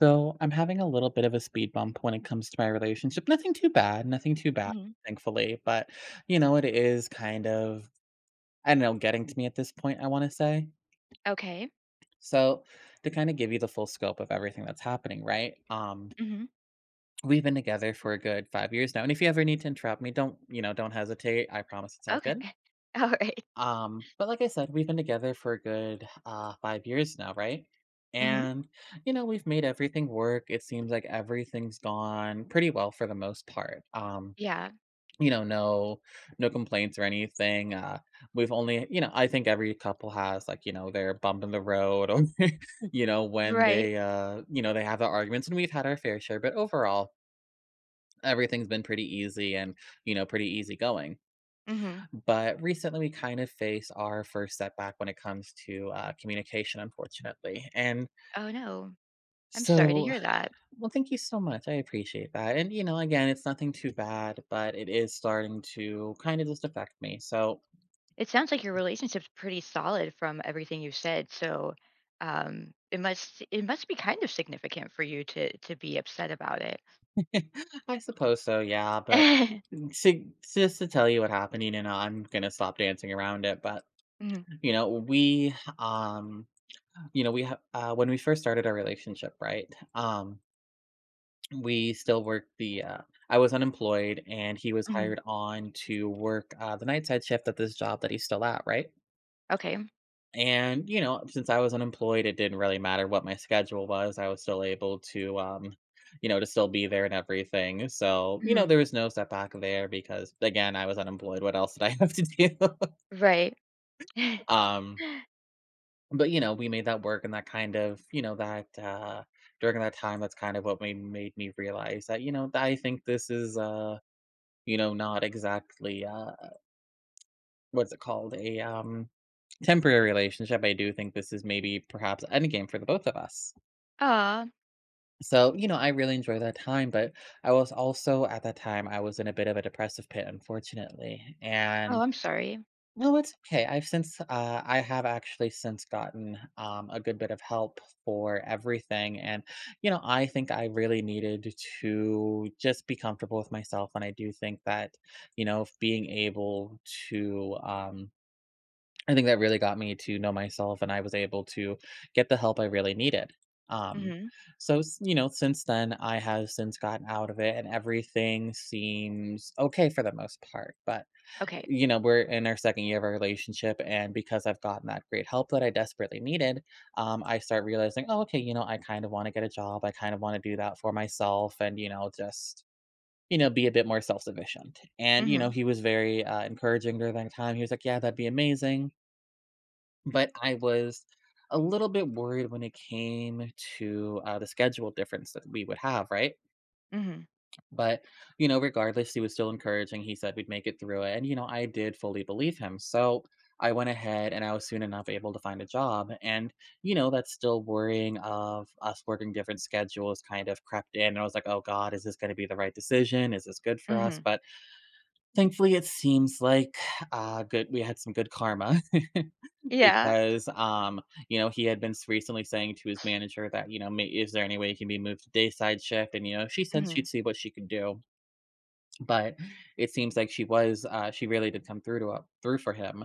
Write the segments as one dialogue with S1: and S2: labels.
S1: So I'm having a little bit of a speed bump when it comes to my relationship. Nothing too bad, nothing too bad,
S2: Mhm.
S1: thankfully. But you know, it is kind of I don't know, getting to me at this point, I want to say.
S2: Okay.
S1: So to kind of give you the full scope of everything that's happening, right?
S2: Mhm.
S1: We've been together for a good 5 years now. And if you ever need to interrupt me, don't, don't hesitate. I promise it's all
S2: Okay.
S1: good.
S2: Alright.
S1: But like I said, we've been together for a good 5 years now, right?
S2: Mhm.
S1: And, you know, we've made everything work. It seems like everything's gone pretty well for the most part.
S2: Yeah.
S1: You know, no complaints or anything. We've only, you know, I think every couple has like, you know, their bump in the road, or you know, when
S2: Right.
S1: they, you know, they have their arguments, and we've had our fair share, but overall, everything's been pretty easy, and you know, pretty easy going.
S2: Mhm.
S1: But recently, we kind of face our first setback when it comes to communication, unfortunately. And
S2: Oh, no. I'm sorry to
S1: so,
S2: hear that.
S1: well, thank you so much. I appreciate that. And, you know, again, it's nothing too bad, but it is starting to kind of just affect me. So,
S2: It sounds like your relationship's pretty solid from everything you said, so, it must be kind of significant for you to be upset about it.
S1: I suppose so, yeah. But to, just to tell you what happened, you know, I'm going to stop dancing around it. But,
S2: Mhm.
S1: you know, you know, when we first started our relationship, right? Um, We still worked the, I was unemployed, and he was
S2: Mhm.
S1: hired on to work, the night side shift at this job that he's still at, right?
S2: Okay.
S1: And, you know, since I was unemployed, it didn't really matter what my schedule was. I was still able to, you know, to still be there and everything. So, you know,
S2: Mhm.
S1: there was no setback there because, again, I was unemployed. What else did I have to do?
S2: Right.
S1: um, but, you know, we made that work, and that kind of, you know, during that time, that's kind of what made, made me realize that, you know, I think this is, you know, not exactly, what's it called? A temporary relationship. I do think this is maybe perhaps endgame for the both of us.
S2: Aw.
S1: So, you know, I really enjoy that time, but I was also at that time, I was in a bit of a depressive pit, unfortunately.
S2: Oh,
S1: And
S2: I'm sorry.
S1: no, it's okay. I've since I have actually since gotten a good bit of help for everything, and you know, I think I really needed to just be comfortable with myself, and I do think that you know, to, um, I think that really got me to know myself, and I was able to get the help I really needed. Um,
S2: Mhm.
S1: so you know, since then, I have since gotten out of it, and everything seems okay for the most part, but
S2: Okay.
S1: you know, we're in our second year of our relationship, and because I've gotten that great help that I desperately needed, I start realizing, oh, okay, you know, I kind of want to get a job. I kind of want to do that for myself, and you know, just you know, be a bit more self sufficient. And you know,
S2: Mhm.
S1: he was very encouraging during that time. He was like, yeah, that'd be amazing. But I was a little bit worried when it came to the schedule difference that we would have, right?
S2: Mhm.
S1: But, you know, regardless, he was still encouraging. He said we'd make it through it. And, you know, I did fully believe him. So I went ahead, and I was soon enough able to find a job. And, you know, that's still worrying of us working different schedules kind of crept in. And I was like, oh God, is this going to be the right decision? Is this good for us?
S2: Mhm.
S1: But thankfully, it seems like good. We had some good karma.
S2: Yeah.
S1: Because, you know, he had been s- recently saying to his manager that, you know, Is there any way he can be moved to dayside shift?" And, you know, she said
S2: Mhm.
S1: she'd see what she could do. But it seems like she really did come through to through for him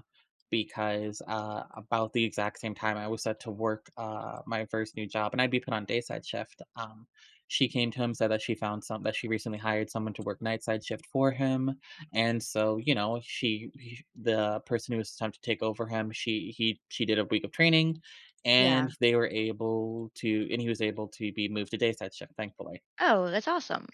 S1: because about the exact same time I was set to work my first new job, and I'd be put on day side shift. She came to him, said that she recently hired someone to work night side shift for him, and so you know the person who was attempting to take over him, she did a week of training,
S2: Yeah.
S1: and they were able to and he was able to be moved to day side shift, thankfully.
S2: Oh, that's awesome.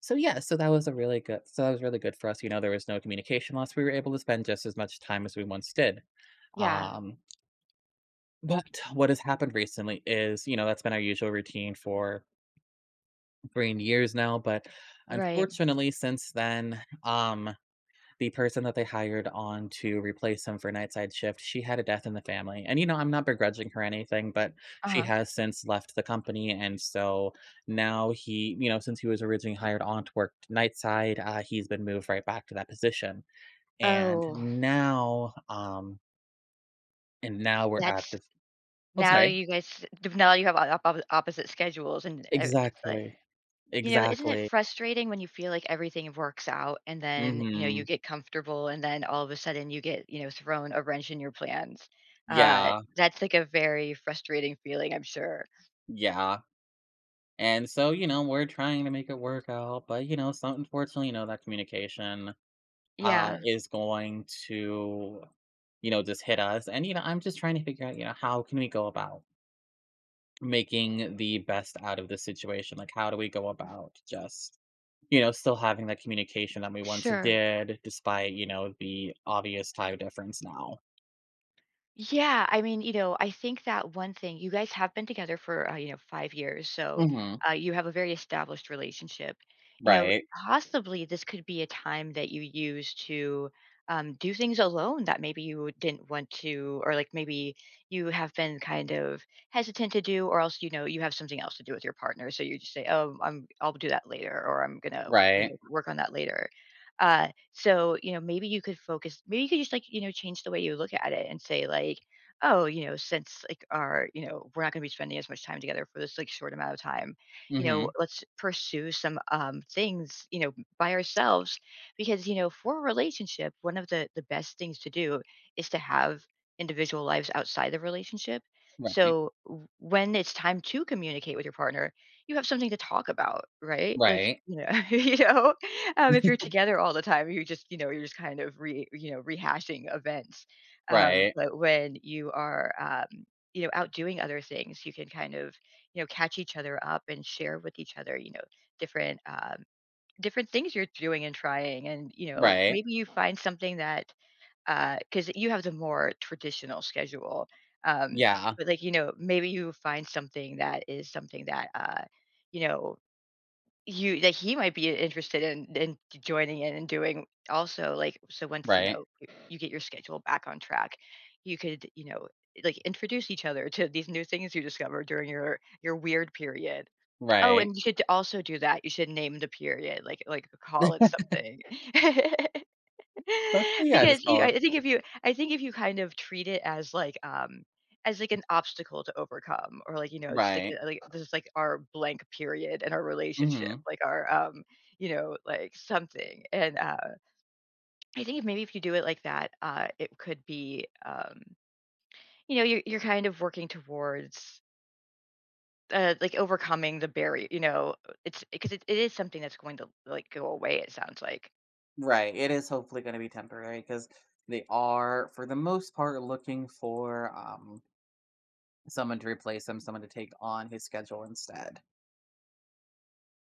S1: So yeah, so that was really good for us. You know, there was no communication loss, we were able to spend just as much time as we once did.
S2: Yeah.
S1: Um, but what has happened recently is, you know, that's been our usual routine for 3 years now, but
S2: Right.
S1: unfortunately since then, the person that they hired on to replace him for nightside shift, she had a death in the family. And, you know, I'm not begrudging her anything, but she
S2: Uh-huh.
S1: has since left the company. And so now he, you know, since he was originally hired on to work nightside, he's been moved right back to that position. And
S2: Oh,
S1: now, um, and now we're at
S2: that's
S1: this. Oh,
S2: now
S1: sorry.
S2: you guys Now you have op op opposite schedules and e it's like,
S1: Exactly.
S2: you know, isn't it
S1: Exactly.
S2: frustrating when you feel like everything works out and then, you know, you
S1: Mm-hmm.
S2: get comfortable and then all of a sudden you get, you know, thrown a wrench in your plans?
S1: Yeah.
S2: That's like a very frustrating feeling, I'm sure.
S1: Yeah. And so, you know, we're trying to make it work out, but you know, so unfortunately, you know, that communication
S2: Yeah,
S1: is going to, you know, just hit us. And, you know, I'm just trying to figure out, you know, how can we go about making the best out of the situation? Like, how do we go about just, you know, still having that communication that we once
S2: sure.
S1: did, despite, you know, the obvious time difference now?
S2: Yeah, I mean, you know, I think that one thing, you guys have been together for, you know, 5 years, so,
S1: Mm-hmm.
S2: you have a very established relationship. You know,
S1: Right.
S2: possibly this could be a time that you use to, do things alone that maybe you didn't want to, or, like, maybe you have been kind of hesitant to do, or else, you know, you have something else to do with your partner, so you just say, "Oh, I'll do that later," or, "I'm gonna, you
S1: Right.
S2: know, work on that later." So, you know, maybe you could focus, maybe you could just like, you know, change the way you look at it and say, like, oh, you know, since like our, you know, we're not going to be spending as much time together for this like short amount of time, you know,
S1: Mm-hmm.
S2: let's pursue some things, you know, by ourselves, because, you know, for a relationship, one of the best things to do is to have individual lives outside the relationship.
S1: Right.
S2: So when it's time to communicate with your partner, you have something to talk about, right? Like,
S1: Right.
S2: you know, you know, if you're together all the time, you just, you know, you're just kind of re, you know, rehashing events.
S1: Right.
S2: But when you are, you know, out doing other things, you can kind of, you know, catch each other up and share with each other, you know, different, different things you're doing and trying, and you know,
S1: Right.
S2: maybe you find something that, because you have the more traditional schedule, um,
S1: Yeah.
S2: but, like, you know, maybe you find something that is something that, you know, you that he might be interested in joining in and doing also, like so once, you
S1: Right.
S2: know, y you get your schedule back on track, you could, you know, like, introduce each other to these new things you discover during your weird period. Oh,
S1: Right.
S2: and you should also do that, you should name the period, like, call it
S1: Okay.
S2: something.
S1: Yeah.
S2: Because
S1: Just
S2: you
S1: call it.
S2: I think if you I think if you kind of treat it as like an obstacle to overcome, or like, you know, just
S1: Right.
S2: like this is like our blank period in our relationship,
S1: Mm-hmm.
S2: like our, you know, like something. I think if maybe if you do it like that, it could be, you know, you're kind of working towards, like overcoming the barrier, you know, it's because it is something that's going to like go away, it sounds like.
S1: Right, it is hopefully gonna be temporary because they are, for the most part, looking for, someone to replace him, someone to take on his schedule instead.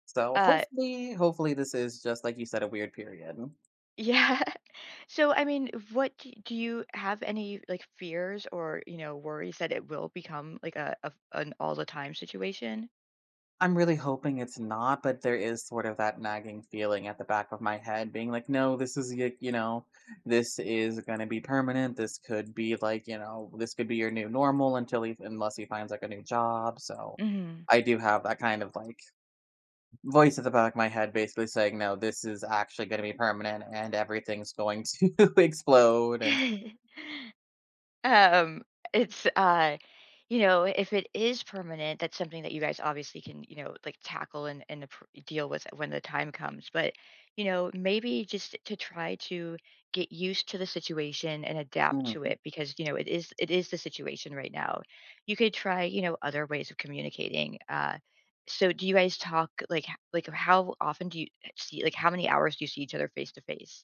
S1: So,
S2: Uh,
S1: hopefully hopefully this is just, like you said, a weird period.
S2: yeah. So, I mean, what do do you have any like fears or, you know, worries that it will become like a an all the time situation?
S1: I'm really hoping it's not, but there is sort of that nagging feeling at the back of my head being like, "No, this is y you know, this is gonna be permanent, this could be like, you know, this could be your new normal until he unless he finds, like, a new job," so
S2: Hmm.
S1: I do have that kind of, like voice at the back of my head basically saying, "No, this is actually gonna be permanent and everything's going to explode," and
S2: Um, it's, you know, if it is permanent, that's something that you guys obviously can, you know, like tackle and deal with when the time comes. But, you know, maybe just to try to get used to the situation and adapt to
S1: mhm.
S2: it, because, you know, it is the situation right now. You could try, you know, other ways of communicating. So do you guys talk like like how often do you see, like how many hours do you see each other face to face?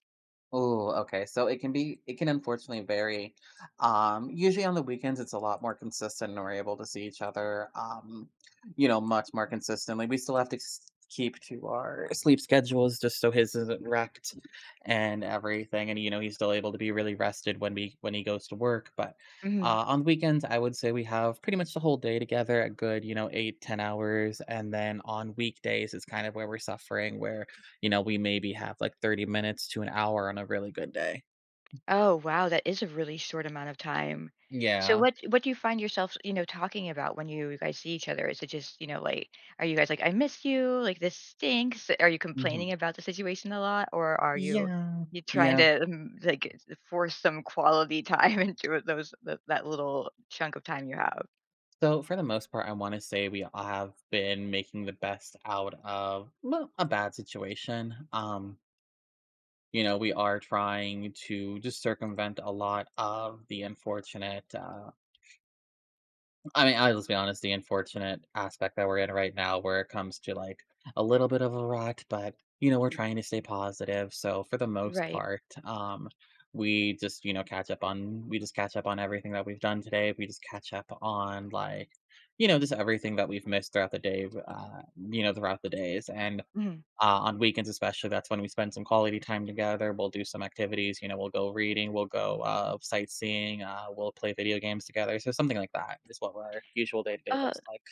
S1: Oh, okay. So it can be it can unfortunately vary. Usually on the weekends it's a lot more consistent, and we're able to see each other you know, much more consistently. We still have to keep to our sleep schedules just so his isn't wrecked and everything. And you know, he's still able to be really rested when we when he goes to work. But on the weekends, I would say we have pretty much the whole day together, a good, you know, eight, 10 hours. And then on weekdays is kind of where we're suffering, where you know, we maybe have like 30 minutes to an hour on a really good day.
S2: Oh, wow, that is a really short amount of time. So
S1: Yeah.
S2: what do you find yourself, you know, talking about when you guys see each other? Is it just, you know, like, are you guys like, I miss you, like this stinks? Are you complaining
S1: Mhm.
S2: about the situation a lot? Or are
S1: Yeah.
S2: you trying
S1: Yeah.
S2: to like force some quality time into those that little chunk of time you have?
S1: So for the most part, I want to say we all have been making the best out of well, a bad situation. You know, we are trying to just circumvent a lot of the unfortunate I mean, I'll just be honest, the unfortunate aspect that we're in right now where it comes to like a little bit of a rut, but you know, we're trying to stay positive. So for the most
S2: Right.
S1: part, we just catch up on everything that we've done today. We just catch up on like, you know, just everything that we've missed throughout the day, you know, throughout the days. And
S2: Mhm.
S1: on weekends especially, that's when we spend some quality time together. We'll do some activities, you know, we'll go reading, we'll go sightseeing, we'll play video games together. So something like that is what our usual day to day looks like.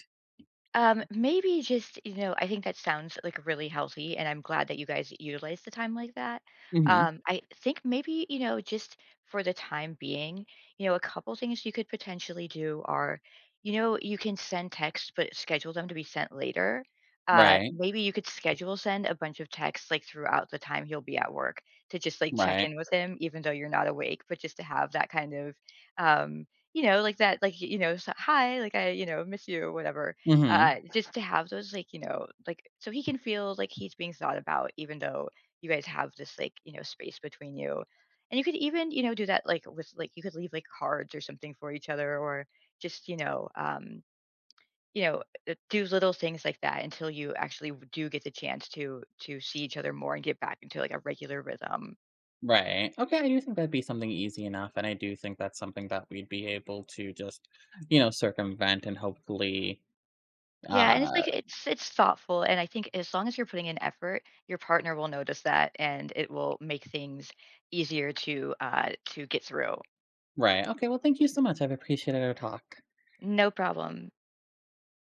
S2: Maybe just, you know, I think that sounds like really healthy, and I'm glad that you guys utilize the time like that.
S1: Mhm.
S2: I think maybe, you know, just for the time being, you know, a couple things you could potentially do are, you know, you can send texts, but schedule them to be sent later.
S1: Right.
S2: Maybe you could schedule send a bunch of texts like throughout the time he'll be at work, to just like check
S1: Right.
S2: in with him, even though you're not awake, but just to have that kind of, um, you know, like that, like, you know, so, hi, like I, you know, miss you, whatever,
S1: Mhm.
S2: just to have those, like, you know, like, so he can feel like he's being thought about, even though you guys have this, like, you know, space between you. And you could even, you know, do that, like, with, like, you could leave, like, cards or something for each other, or just, you know, do little things like that until you actually do get the chance to see each other more and get back into like a regular rhythm.
S1: Right. Okay, I do think that'd be something easy enough, and I do think that's something that we'd be able to just, you know, circumvent and hopefully.
S2: Yeah, and it's
S1: Uh,
S2: like it's thoughtful, and I think as long as you're putting in effort, your partner will notice that, and it will make things easier to get through.
S1: right. Okay. Well, thank you so much. I've appreciated our talk.
S2: No problem.